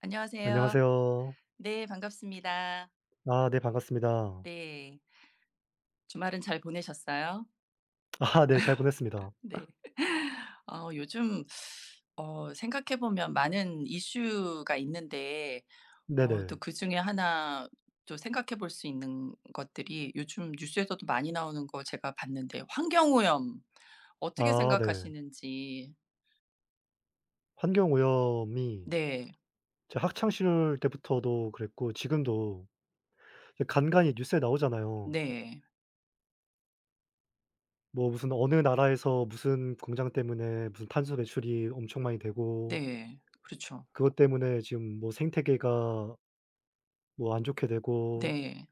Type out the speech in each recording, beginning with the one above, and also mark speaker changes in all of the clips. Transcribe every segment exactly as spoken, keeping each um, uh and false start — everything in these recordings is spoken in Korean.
Speaker 1: 안녕하세요.
Speaker 2: 안녕하세요.
Speaker 1: 네, 반갑습니다.
Speaker 2: 아 네, 반갑습니다.
Speaker 1: 네. 주말은 잘 보내셨어요?
Speaker 2: 아 네, 잘 보냈습니다.
Speaker 1: 네. 어 요즘, 어 생각해 보면 많은 이슈가 있는데, 어 또
Speaker 2: 네네.
Speaker 1: 그중에 하나, 또 생각해 볼 수 있는 것들이 요즘 뉴스에서도 많이 나오는 거 제가 봤는데, 환경 오염 어떻게
Speaker 2: 아 네.
Speaker 1: 생각하시는지.
Speaker 2: 환경오염이
Speaker 1: 네.
Speaker 2: 제 학창 시절 때부터도 그랬고 지금도 이제 간간이 뉴스에 나오잖아요.
Speaker 1: 네.
Speaker 2: 뭐 무슨 어느 나라에서 무슨 공장 때문에 무슨 탄소 배출이 엄청 많이 되고
Speaker 1: 네, 그렇죠.
Speaker 2: 그것 때문에 지금 뭐 생태계가 뭐 안 좋게 되고
Speaker 1: 네.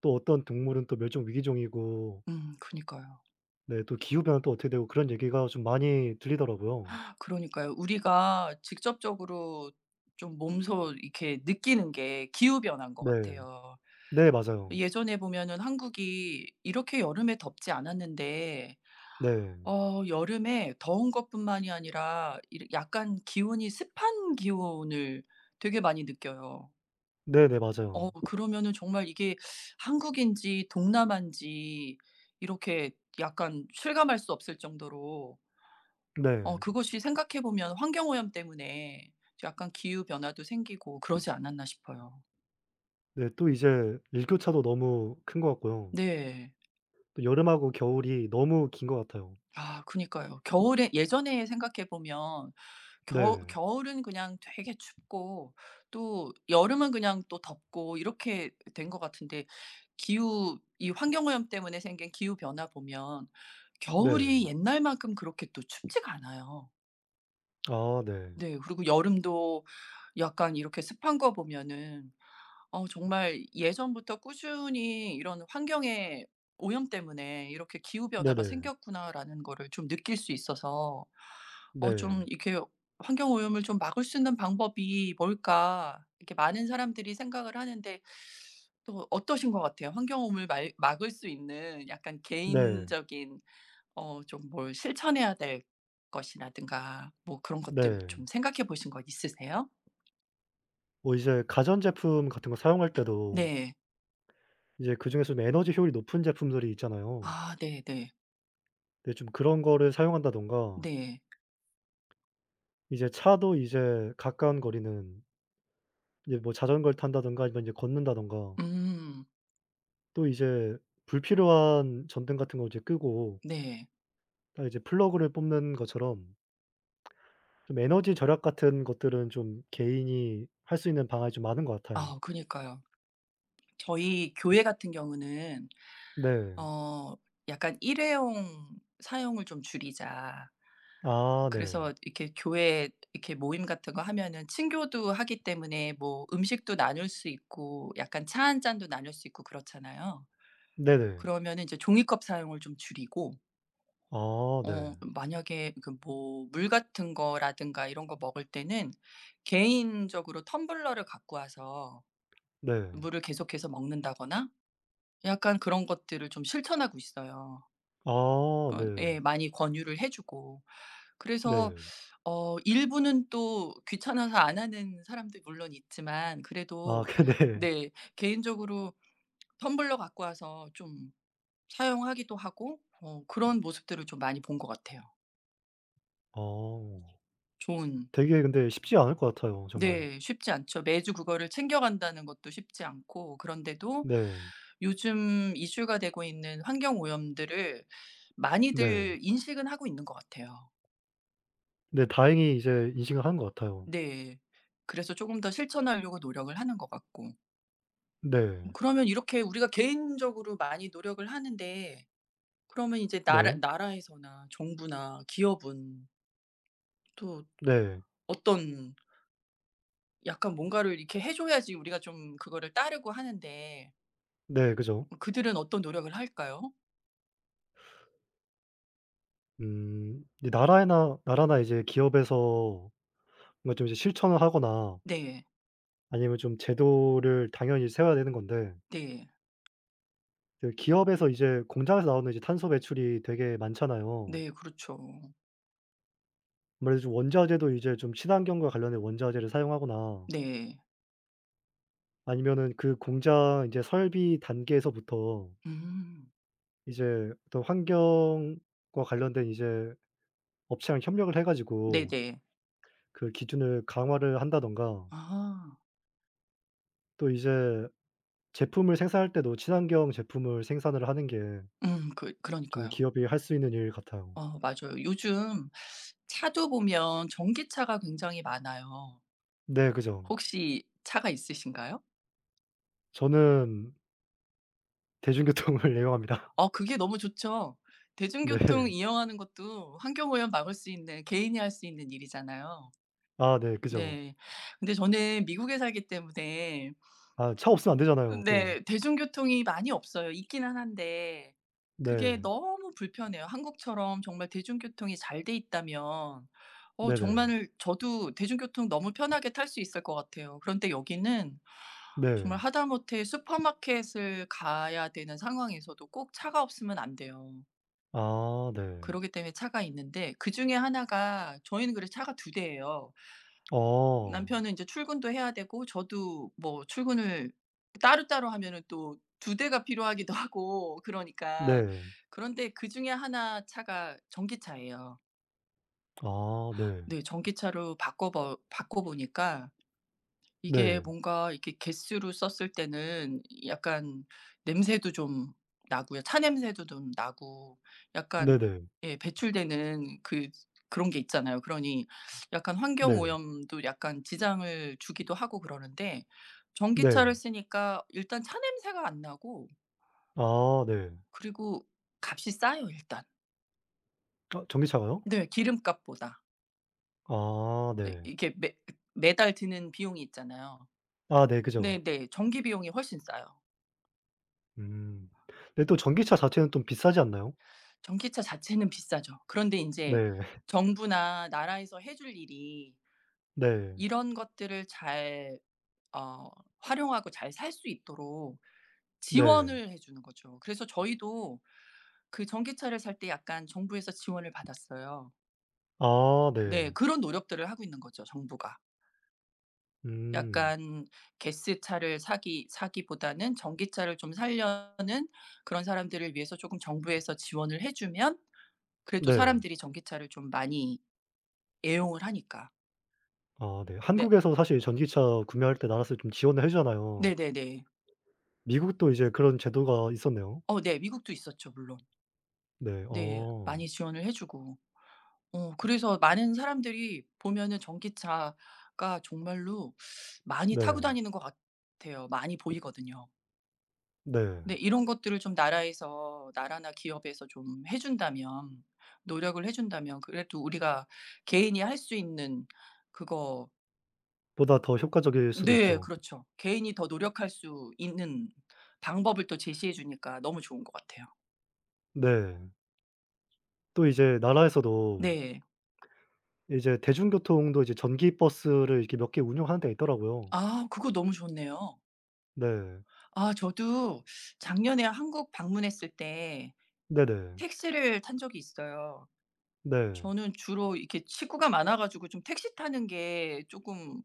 Speaker 2: 또 어떤 동물은 또 멸종 위기종이고
Speaker 1: 음 그니까요.
Speaker 2: 네, 또 기후 변화 또 어떻게 되고 그런 얘기가 좀 많이 들리더라고요.
Speaker 1: 그러니까요. 우리가 직접적으로 좀 몸소 이렇게 느끼는 게 기후 변화인 것
Speaker 2: 네.
Speaker 1: 같아요.
Speaker 2: 네, 맞아요.
Speaker 1: 예전에 보면은 한국이 이렇게 여름에 덥지 않았는데,
Speaker 2: 네.
Speaker 1: 어 여름에 더운 것뿐만이 아니라 이르 약간 기온이 습한 기온을 되게 많이 느껴요.
Speaker 2: 네네, 맞아요.
Speaker 1: 어 그러면은 정말 이게 한국인지 동남아인지, 이렇게 약간 실감할 수 없을 정도로,
Speaker 2: 네.
Speaker 1: 어 그것이 생각해 보면 환경 오염 때문에 약간 기후 변화도 생기고 그러지 않았나 싶어요.
Speaker 2: 네. 또 이제 일교차도 너무 큰 것 같고요.
Speaker 1: 네.
Speaker 2: 또 여름하고 겨울이 너무 긴 것 같아요.
Speaker 1: 아 그니까요. 겨울에 예전에 생각해 보면, 겨
Speaker 2: 네.
Speaker 1: 겨울은 그냥 되게 춥고, 또 여름은 그냥 또 덥고 이렇게 된 것 같은데, 기후 이 환경 오염 때문에 생긴 기후 변화 보면 겨울이
Speaker 2: 네.
Speaker 1: 옛날만큼 그렇게 또 춥지가 않아요.
Speaker 2: 아 네.
Speaker 1: 네. 그리고 여름도 약간 이렇게 습한 거 보면은, 어 정말 예전부터 꾸준히 이런 '환경의 오염 때문에 이렇게 기후 변화가
Speaker 2: 네네.
Speaker 1: 생겼구나.'라는 거를 좀 느낄 수 있어서, 어 좀
Speaker 2: 네.
Speaker 1: 이렇게 '환경 오염을 좀 막을 수 있는 방법이 뭘까?' 이렇게 많은 사람들이 생각을 하는데, 또 어떠신 것 같아요? 환경 오염을 말 막을 수 있는 약간
Speaker 2: 네.
Speaker 1: 개인적인, 어 좀 뭘 실천해야 될 것이라든가 뭐 그런 것들 좀
Speaker 2: 네.
Speaker 1: 생각해 보신 거 있으세요?
Speaker 2: 뭐 이제 가전제품 같은 거 사용할 때도
Speaker 1: 네.
Speaker 2: 이제 그중에서도 에너지 효율이 높은 제품들이 있잖아요.
Speaker 1: 아 네네. 네.
Speaker 2: 네, 좀 그런 거를 사용한다든가
Speaker 1: 네.
Speaker 2: 이제 차도 이제 가까운 거리는 이제 뭐 자전거를 탄다든가 아니면 이제 걷는다든가
Speaker 1: 음.
Speaker 2: 또 이제 불필요한 전등 같은 거 이제 끄고
Speaker 1: 네.
Speaker 2: 딱 이제 플러그를 뽑는 것처럼 좀 에너지 절약 같은 것들은 좀 개인이 할 수 있는 방안이 좀 많은 것 같아요.
Speaker 1: 아 그니까요. 저희 교회 같은 경우는,
Speaker 2: 네.
Speaker 1: 어 약간 일회용 사용을 좀 줄이자.
Speaker 2: 아 네.
Speaker 1: 그래서 이렇게 교회 이렇게 모임 같은 거 하면은 친교도 하기 때문에 뭐 음식도 나눌 수 있고 약간 차 한 잔도 나눌 수 있고 그렇잖아요.
Speaker 2: 네네.
Speaker 1: 그러면은 이제 종이컵 사용을 좀 줄이고,
Speaker 2: 아 네.
Speaker 1: 어 만약에 그 뭐 물 같은 거라든가 이런 거 먹을 때는 개인적으로 텀블러를 갖고 와서
Speaker 2: 네.
Speaker 1: 물을 계속해서 먹는다거나 약간 그런 것들을 좀 실천하고 있어요.
Speaker 2: 아
Speaker 1: 어
Speaker 2: 네.
Speaker 1: 예, 많이 권유를 해 주고. 그래서
Speaker 2: 네.
Speaker 1: 어 일부는 또 귀찮아서 안 하는 사람들 물론 있지만,
Speaker 2: 아
Speaker 1: 그래도
Speaker 2: 그 네.
Speaker 1: 네, 개인적으로 텀블러 갖고 와서 좀 사용하기도 하고, 어 그런 모습들을 좀 많이 본 것 같아요.
Speaker 2: 어.
Speaker 1: 좋은
Speaker 2: 되게 근데 쉽지 않을 것 같아요 정말.
Speaker 1: 네. 쉽지 않죠. 매주 그거를 챙겨간다는 것도 쉽지 않고, 그런데도
Speaker 2: 네.
Speaker 1: 요즘 이슈가 되고 있는 환경 오염들을
Speaker 2: 네.
Speaker 1: 많이들 인식은 하고 있는 것 같아요.
Speaker 2: 네, 다행히 이제 인식을 하는 것 같아요.
Speaker 1: 네. 그래서 조금 더 실천하려고 노력을 하는 것 같고.
Speaker 2: 네.
Speaker 1: 그러면 이렇게 우리가 개인적으로 많이 노력을 하는데, 그러면 이제 나라
Speaker 2: 네.
Speaker 1: 나라에서나 정부나 기업은 또
Speaker 2: 네.
Speaker 1: 어떤 약간 뭔가를 이렇게 해 줘야지 우리가 좀 그거를 따르고 하는데,
Speaker 2: 네, 그죠.
Speaker 1: 그들은 어떤 노력을 할까요?
Speaker 2: 음. 이 나라에나 나라나 이제 기업에서 뭔가 좀 이제 실천을 하거나
Speaker 1: 네.
Speaker 2: 아니면 좀 제도를 당연히 세워야 되는 건데
Speaker 1: 네.
Speaker 2: 그 기업에서 이제 공장에서 나오는 이제 탄소 배출이 되게 많잖아요.
Speaker 1: 네, 그렇죠.
Speaker 2: 아무래도 좀 원자재도 이제 좀 친환경과 관련된 원자재를 사용하거나
Speaker 1: 네.
Speaker 2: 아니면은 그 공장 이제 설비 단계에서부터
Speaker 1: 음.
Speaker 2: 이제 어떤 환경과 관련된 이제 업체랑 협력을 해 가지고
Speaker 1: 네네.
Speaker 2: 그 기준을 강화를 한다든가
Speaker 1: 아.
Speaker 2: 또 이제 제품을 생산할 때도 친환경 제품을 생산을 하는 게
Speaker 1: 음 그
Speaker 2: 좀
Speaker 1: 그러니까요.
Speaker 2: 기업이 할 수 있는 일 같아요.
Speaker 1: 어 맞아요. 요즘 차도 보면 전기차가 굉장히 많아요.
Speaker 2: 네, 그죠.
Speaker 1: 혹시 차가 있으신가요?
Speaker 2: 저는 대중교통을 이용합니다.
Speaker 1: 어 그게 너무 좋죠.
Speaker 2: 네.
Speaker 1: 대중교통 이용하는 것도 환경오염 막을 수 있는 개인이 할 수 있는 일이잖아요.
Speaker 2: 아 네, 그죠.
Speaker 1: 네. 근데 저는 미국에 살기 때문에
Speaker 2: 아 차 없으면 안 되잖아요 또.
Speaker 1: 네, 대중교통이 많이 없어요. 있기는 한데 그게
Speaker 2: 네.
Speaker 1: 너무 불편해요. 한국처럼 정말 대중교통이 잘 돼 있다면, 어
Speaker 2: 네네.
Speaker 1: 정말 저도 대중교통 너무 편하게 탈 수 있을 것 같아요. 그런데 여기는
Speaker 2: 네.
Speaker 1: 정말 하다못해 슈퍼마켓을 가야 되는 상황에서도 꼭 차가 없으면 안 돼요.
Speaker 2: 아 네.
Speaker 1: 그러기 때문에 차가 있는데, 그중에 하나가 저희는 그래서 차가 두 대예요.
Speaker 2: 어.
Speaker 1: 남편은 이제 출근도 해야 되고 저도 뭐 출근을 따로따로 하면은 또 두 대가 필요하기도 하고 그러니까.
Speaker 2: 네.
Speaker 1: 그런데 그중에 하나 차가 전기차예요.
Speaker 2: 아 네.
Speaker 1: 네, 전기차로 바꿔 버 바꿔 보니까 이게
Speaker 2: 네.
Speaker 1: 뭔가 이렇게 개수로 썼을 때는 약간 냄새도 좀 나고요. 차 냄새도 좀 나고 약간,
Speaker 2: 네네.
Speaker 1: 예, 배출되는 그 그런 게 있잖아요. 그러니 약간 환경
Speaker 2: 네.
Speaker 1: 오염도 약간 지장을 주기도 하고 그러는데, 전기차를
Speaker 2: 네.
Speaker 1: 쓰니까 일단 차 냄새가 안 나고,
Speaker 2: 아 네.
Speaker 1: 그리고 값이 싸요 일단.
Speaker 2: 아 전기차가요?
Speaker 1: 네. 기름값보다.
Speaker 2: 아
Speaker 1: 예,
Speaker 2: 네.
Speaker 1: 이게 매 매달 드는 비용이 있잖아요.
Speaker 2: 아 네, 그죠.
Speaker 1: 네네, 전기 비용이 훨씬 싸요.
Speaker 2: 음. 근데 또 전기차 자체는 좀 비싸지 않나요?
Speaker 1: 전기차 자체는 비싸죠. 그런데 인제
Speaker 2: 네.
Speaker 1: 정부나 나라에서 해줄 일이
Speaker 2: 네.
Speaker 1: 이런 것들을 잘, 어 활용하고 잘 살 수 있도록
Speaker 2: 네.
Speaker 1: 지원을 해 주는 거죠. 그래서 저희도 그 전기차를 살 때 약간 정부에서 지원을 받았어요.
Speaker 2: 아 네.
Speaker 1: 네. 그런 노력들을 하고 있는 거죠, 정부가.
Speaker 2: 음.
Speaker 1: 약간 가스차를 사기 사기보다는 전기차를 좀 살려는 그런 사람들을 위해서 쪼금 정부에서 지원을 해 주면 그래도
Speaker 2: 네.
Speaker 1: 사람들이 전기차를 좀 많이 애용을 하니까.
Speaker 2: 아 네.
Speaker 1: 네.
Speaker 2: 한국에서 사실 전기차 구매할 때 나라에서 좀 지원을 해 주잖아요.
Speaker 1: 네네네.
Speaker 2: 미국도 이제 그런 제도가 있었네요.
Speaker 1: 어 네. 미국도 있었죠 물론.
Speaker 2: 네.
Speaker 1: 네.
Speaker 2: 어.
Speaker 1: 많이 지원을 해 주고. 어 그래서 많은 사람들이 보면은 전기차가 정말로 많이 타고
Speaker 2: 네.
Speaker 1: 다니는 것 같아요. 많이 보이거든요.
Speaker 2: 네.
Speaker 1: 근데 이런 것들을 좀 나라에서 나라나 기업에서 좀 해 준다면, 노력을 해 준다면 그래도 우리가 개인이 할 수 있는 그거,
Speaker 2: 보다 더 효과적일 수도
Speaker 1: 네,
Speaker 2: 있죠.
Speaker 1: 그렇죠. 개인이 더 노력할 수 있는 방법을 또 제시해 주니까 너무 좋은 것 같아요.
Speaker 2: 네. 또 이제 나라에서도
Speaker 1: 네.
Speaker 2: 이제 대중교통도 이제 전기 버스를 이렇게 몇 개 운영하는 데가 있더라고요.
Speaker 1: 아 그거 너무 좋네요.
Speaker 2: 네.
Speaker 1: 아 저도 작년에 한국 방문했을 때
Speaker 2: 네네.
Speaker 1: 택시를 탄 적이 있어요.
Speaker 2: 네.
Speaker 1: 저는 주로 이렇게 식구가 많아 가지고 좀 택시 타는 게 조금,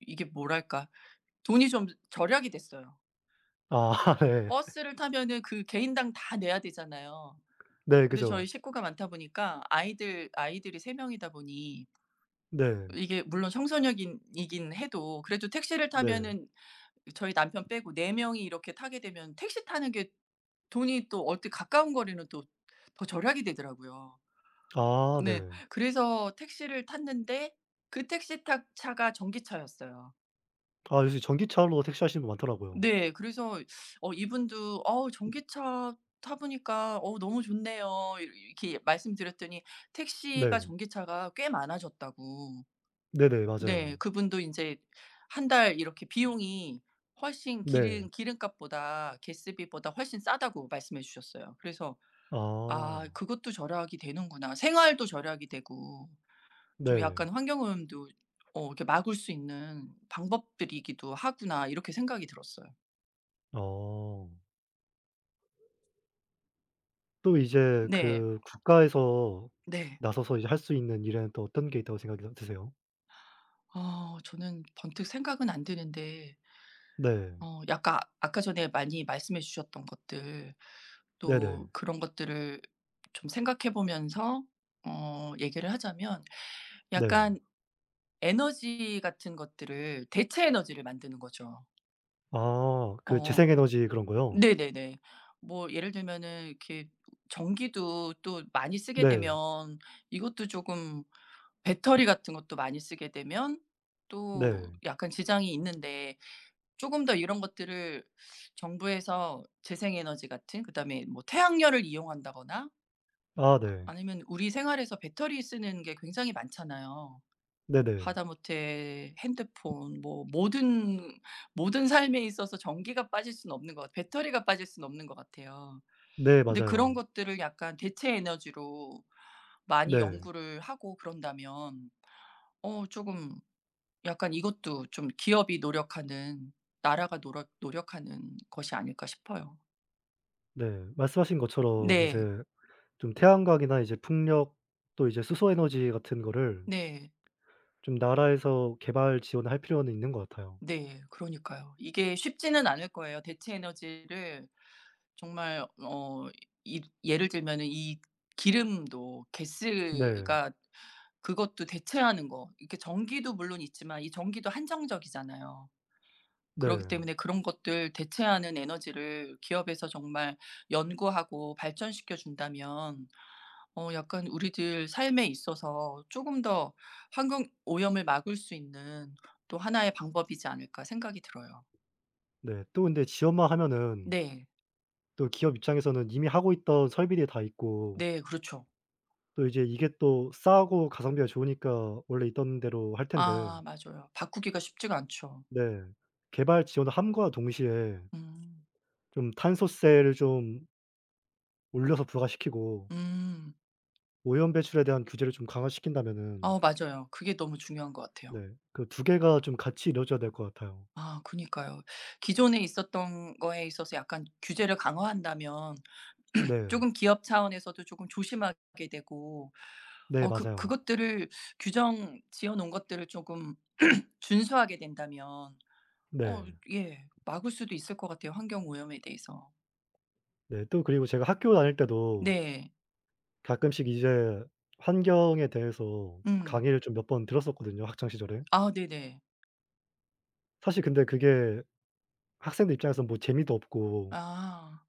Speaker 1: 이게 뭐랄까, 돈이 좀 절약이 됐어요.
Speaker 2: 아 네.
Speaker 1: 버스를 타면은 그 개인당 다 내야 되잖아요.
Speaker 2: 네
Speaker 1: 근데 저희
Speaker 2: 그죠.
Speaker 1: 식구가 많다 보니까 아이들 아이들이 세 명이다 보니,
Speaker 2: 네.
Speaker 1: 이게 물론 청소년 이긴 해도 그래도 택시를
Speaker 2: 네.
Speaker 1: 타면은 저희 남편 빼고 네 명이 이렇게 타게 되면 택시 타는 게 돈이, 또 어디 가까운 거리는 또 더 절약이 되더라고요.
Speaker 2: 아
Speaker 1: 네.
Speaker 2: 네.
Speaker 1: 그래서 택시를 탔는데 그 택시 타 차가 전기차였어요.
Speaker 2: 아 요새 전기차로 택시하시는 분 많더라고요.
Speaker 1: 네. 그래서 어 이분도 "어우, 전기차 타 보니까 어우 너무 좋네요." 이 이렇게 말씀드렸더니 택시가
Speaker 2: 네.
Speaker 1: 전기차가 꽤 많아졌다고.
Speaker 2: 네네,
Speaker 1: 네.
Speaker 2: 맞아요.
Speaker 1: 그분도 인제 한 달 이렇게 비용이 훨씬
Speaker 2: 네.
Speaker 1: 기름 기름값보다 가스비보다 훨씬 싸다고 말씀해 주셨어요. 그래서
Speaker 2: 아.
Speaker 1: '아 그것도 절약이 되는구나.' 생활도 절약이 되고 좀
Speaker 2: 네.
Speaker 1: 약간 환경오염도, 어 이렇게 막을 수 있는 방법들이기도 하구나, 이렇게 생각이 들었어요.
Speaker 2: 어. 또 이제
Speaker 1: 네.
Speaker 2: 그 국가에서
Speaker 1: 네.
Speaker 2: 나서서 이제 할 수 있는 일에는 또 어떤 게 있다고 생각이 드 드세요?
Speaker 1: 어 저는 번뜩 생각은 안 드는데,
Speaker 2: 네.
Speaker 1: 어 약간 아까 전에 많이 말씀해 주셨던 것들,
Speaker 2: 네네.
Speaker 1: 또 그런 것들을 좀 생각해 보면서 어 얘기를 하자면
Speaker 2: 네.
Speaker 1: 약간 에너지 같은 것들을, 대체 에너지를 만드는 거죠.
Speaker 2: 아, 그
Speaker 1: 어
Speaker 2: 재생 에너지 그런 거요?
Speaker 1: 네네네. 뭐 예를 들면은 이렇게 전기도 또 많이 쓰게
Speaker 2: 네.
Speaker 1: 되면 이것도 조금, 배터리 같은 것도 많이 쓰게 되면 또
Speaker 2: 네.
Speaker 1: 약간 지장이 있는데, 조금 더 이런 것들을 정부에서 재생 에너지 같은, 그다음에 뭐 태양열을 이용한다거나,
Speaker 2: 아 네.
Speaker 1: 아니면 우리 생활에서 배터리 쓰는 게 굉장히 많잖아요.
Speaker 2: 네네.
Speaker 1: 하다못해 핸드폰 뭐 모든 모든 삶에 있어서 전기가 빠질 수는 없는 것 같 배터리가 빠질 수는 없는 것 같아요.
Speaker 2: 네,
Speaker 1: 근데 그런
Speaker 2: 맞아요.
Speaker 1: 것들을 약간 대체 에너지로 많이
Speaker 2: 네.
Speaker 1: 연구를 하고 그런다면, 어 조금 약간 이것도 좀 기업이 노력하는, 나라가 노력 노력하는 것이 아닐까 싶어요.
Speaker 2: 네. 말씀하신 것처럼 이제
Speaker 1: 네.
Speaker 2: 좀 태양광이나 이제 풍력 또 이제 수소 에너지 같은 거를
Speaker 1: 네.
Speaker 2: 좀 나라에서 개발 지원할 필요는 있는 것 같아요.
Speaker 1: 네. 그러니까요. 이게 쉽지는 않을 거예요. 대체 에너지를 정말, 어 이 예를 들면은 이 기름도
Speaker 2: 네.
Speaker 1: 가스가 그것도 대체하는 거, 이렇게 전기도 물론 있지만 이 전기도 한정적이잖아요. 그렇기
Speaker 2: 네.
Speaker 1: 때문에 그런 것들 대체하는 에너지를 기업에서 정말 연구하고 발전시켜 준다면, 어 약간 우리들 삶에 있어서 '조금 더 환경 오염을 막을 수 있는 또 하나의 방법이지 않을까.' 생각이 들어요.
Speaker 2: 네. 또 근데 지원만 하면은
Speaker 1: 네.
Speaker 2: 또 기업 입장에서는 이미 하고 있던 설비들이 다 있고
Speaker 1: 네, 그렇죠.
Speaker 2: 또 이제 이게 또 싸고 가성비가 좋으니까 원래 있던 대로 할 텐데
Speaker 1: 아 맞아요. 바꾸기가 쉽지가 않죠.
Speaker 2: 네. 개발 지원을 함과 동시에
Speaker 1: 음.
Speaker 2: 좀 탄소세를 좀 올려서 부과시키고
Speaker 1: 음.
Speaker 2: 오염 배출에 대한 규제를 좀 강화시킨다면은
Speaker 1: 어 맞아요. 그게 너무 중요한 것 같아요.
Speaker 2: 네, 그 두 개가 좀 같이 이루어져야 될 것 같아요.
Speaker 1: 아 그니까요. 기존에 있었던 거에 있어서 약간 규제를 강화한다면 조
Speaker 2: 네.
Speaker 1: 금 기업 차원에서도 조금 조심하게 되고,
Speaker 2: 네,
Speaker 1: 어 그
Speaker 2: 맞아요.
Speaker 1: 그것들을 규정 지어 놓은 것들을 조금 준수하게 된다면, 어
Speaker 2: 네.
Speaker 1: 예, 막을 수도 있을 것 같아요, 환경 오염에 대해서.
Speaker 2: 네, 또 그리고 제가 학교 다닐 때도
Speaker 1: 네.
Speaker 2: 가끔씩 이제 환경에 대해서
Speaker 1: 음.
Speaker 2: 강의를 좀 몇 번 들었었거든요, 학창 시절에.
Speaker 1: 아 네네.
Speaker 2: 사실 근데 그게 학생들 입장에서 뭐 재미도 없고
Speaker 1: 아.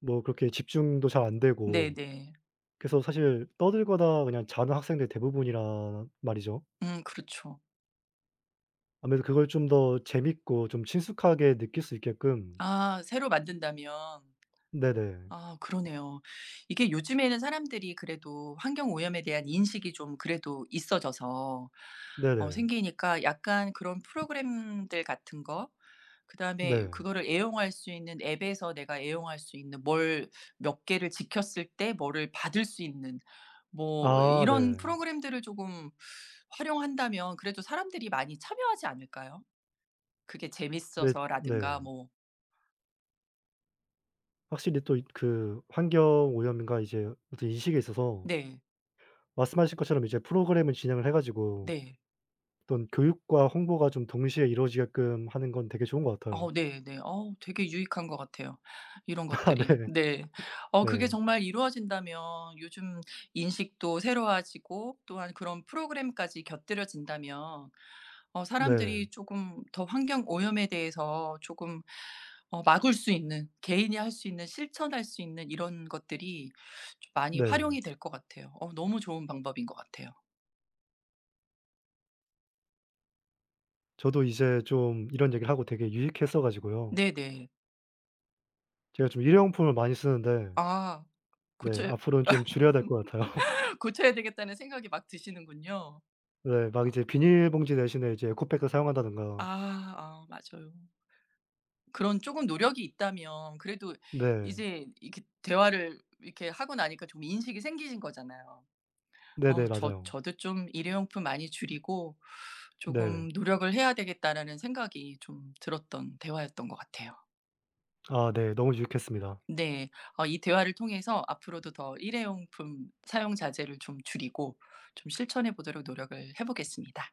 Speaker 2: 뭐 그렇게 집중도 잘 안 되고
Speaker 1: 네네.
Speaker 2: 그래서 사실 떠들거나 그냥 자는 학생들이 대부분이란 말이죠.
Speaker 1: 음 그렇죠.
Speaker 2: 아무래도 그걸 좀 더 재밌고 좀 친숙하게 느낄 수 있게끔.
Speaker 1: 아 새로 만든다면,
Speaker 2: 네네.
Speaker 1: 아 그러네요. 이게 요즘에는 사람들이 그래도 환경 오염에 대한 인식이 좀 그래도 있어져서, 어
Speaker 2: 네네.
Speaker 1: 생기니까 약간 그런 프로그램들 같은 거, 그다음에
Speaker 2: 네.
Speaker 1: 그거를 애용할 수 있는 앱에서 내가 애용할 수 있는 뭘 몇 개를 지켰을 때 뭐를 받을 수 있는 뭐
Speaker 2: 아
Speaker 1: 이런
Speaker 2: 네.
Speaker 1: 프로그램들을 조금 활용한다면 그래도 사람들이 많이 참여하지 않을까요? 그게
Speaker 2: 네 네.
Speaker 1: 재밌어서라든가 뭐.
Speaker 2: 확실히 또 이 그 환경 오염인가 이제 어떤 인식에 있어서
Speaker 1: 네.
Speaker 2: 말씀하신 것처럼 이제 프로그램을 진행을 해 가지고
Speaker 1: 네.
Speaker 2: 어떤 교육과 홍보가 좀 동시에 이루어지게끔 하는 건 되게 좋은 것 같아요.
Speaker 1: 어 네네. 어 되게 유익한 것 같아요 이런
Speaker 2: 아 네.
Speaker 1: 것들이. 네. 어 그게
Speaker 2: 네.
Speaker 1: 정말 이루어진다면 요즘 인식도 새로워지고 또한 그런 프로그램까지 곁들여진다면, 어
Speaker 2: 네.
Speaker 1: 사람들이 쪼금 더 환경 오염에 대해서 조금, 어 막을 수 있는 개인이 할 수 있는 실천할 수 있는 이런 것들이 좀 많이
Speaker 2: 네.
Speaker 1: 활용이 될 것 같아요. 어 너무 좋은 방법인 것 같아요.
Speaker 2: 저도 이제 좀 이런 얘기를 하고 되게 유익했어 가지고요.
Speaker 1: 네네.
Speaker 2: 제가 좀 일회용품을 많이 쓰는데
Speaker 1: 아
Speaker 2: 네,
Speaker 1: 고쳐야
Speaker 2: 앞으로는 좀 줄여야 될 것 같아요.
Speaker 1: 고쳐야 되겠다는 생각이 막 드시는군요.
Speaker 2: 네. 막
Speaker 1: 아.
Speaker 2: 이제 비닐봉지 대신에 이제 에코백을
Speaker 1: 아.
Speaker 2: 사용한다든가.
Speaker 1: 아 맞아요. 그런 조금 노력이 있다면 그래도
Speaker 2: 네.
Speaker 1: 이제 이렇게 대화를 이렇게 하고 나니까 좀 인식이 생기신 거잖아요. 어
Speaker 2: 네네,
Speaker 1: 저
Speaker 2: 맞아요.
Speaker 1: 저도 좀 '일회용품 많이 줄이고
Speaker 2: 네.
Speaker 1: 조금 노력을 해야 되겠다.'라는 생각이 좀 들었던 대화였던 것 같아요.
Speaker 2: 아 네. 너무 유익했습니다.
Speaker 1: 네. 어 이 대화를 통해서 앞으로도 더 일회용품 사용 자제를 좀 줄이고 좀 실천해 보도록 노력을 해 보겠습니다.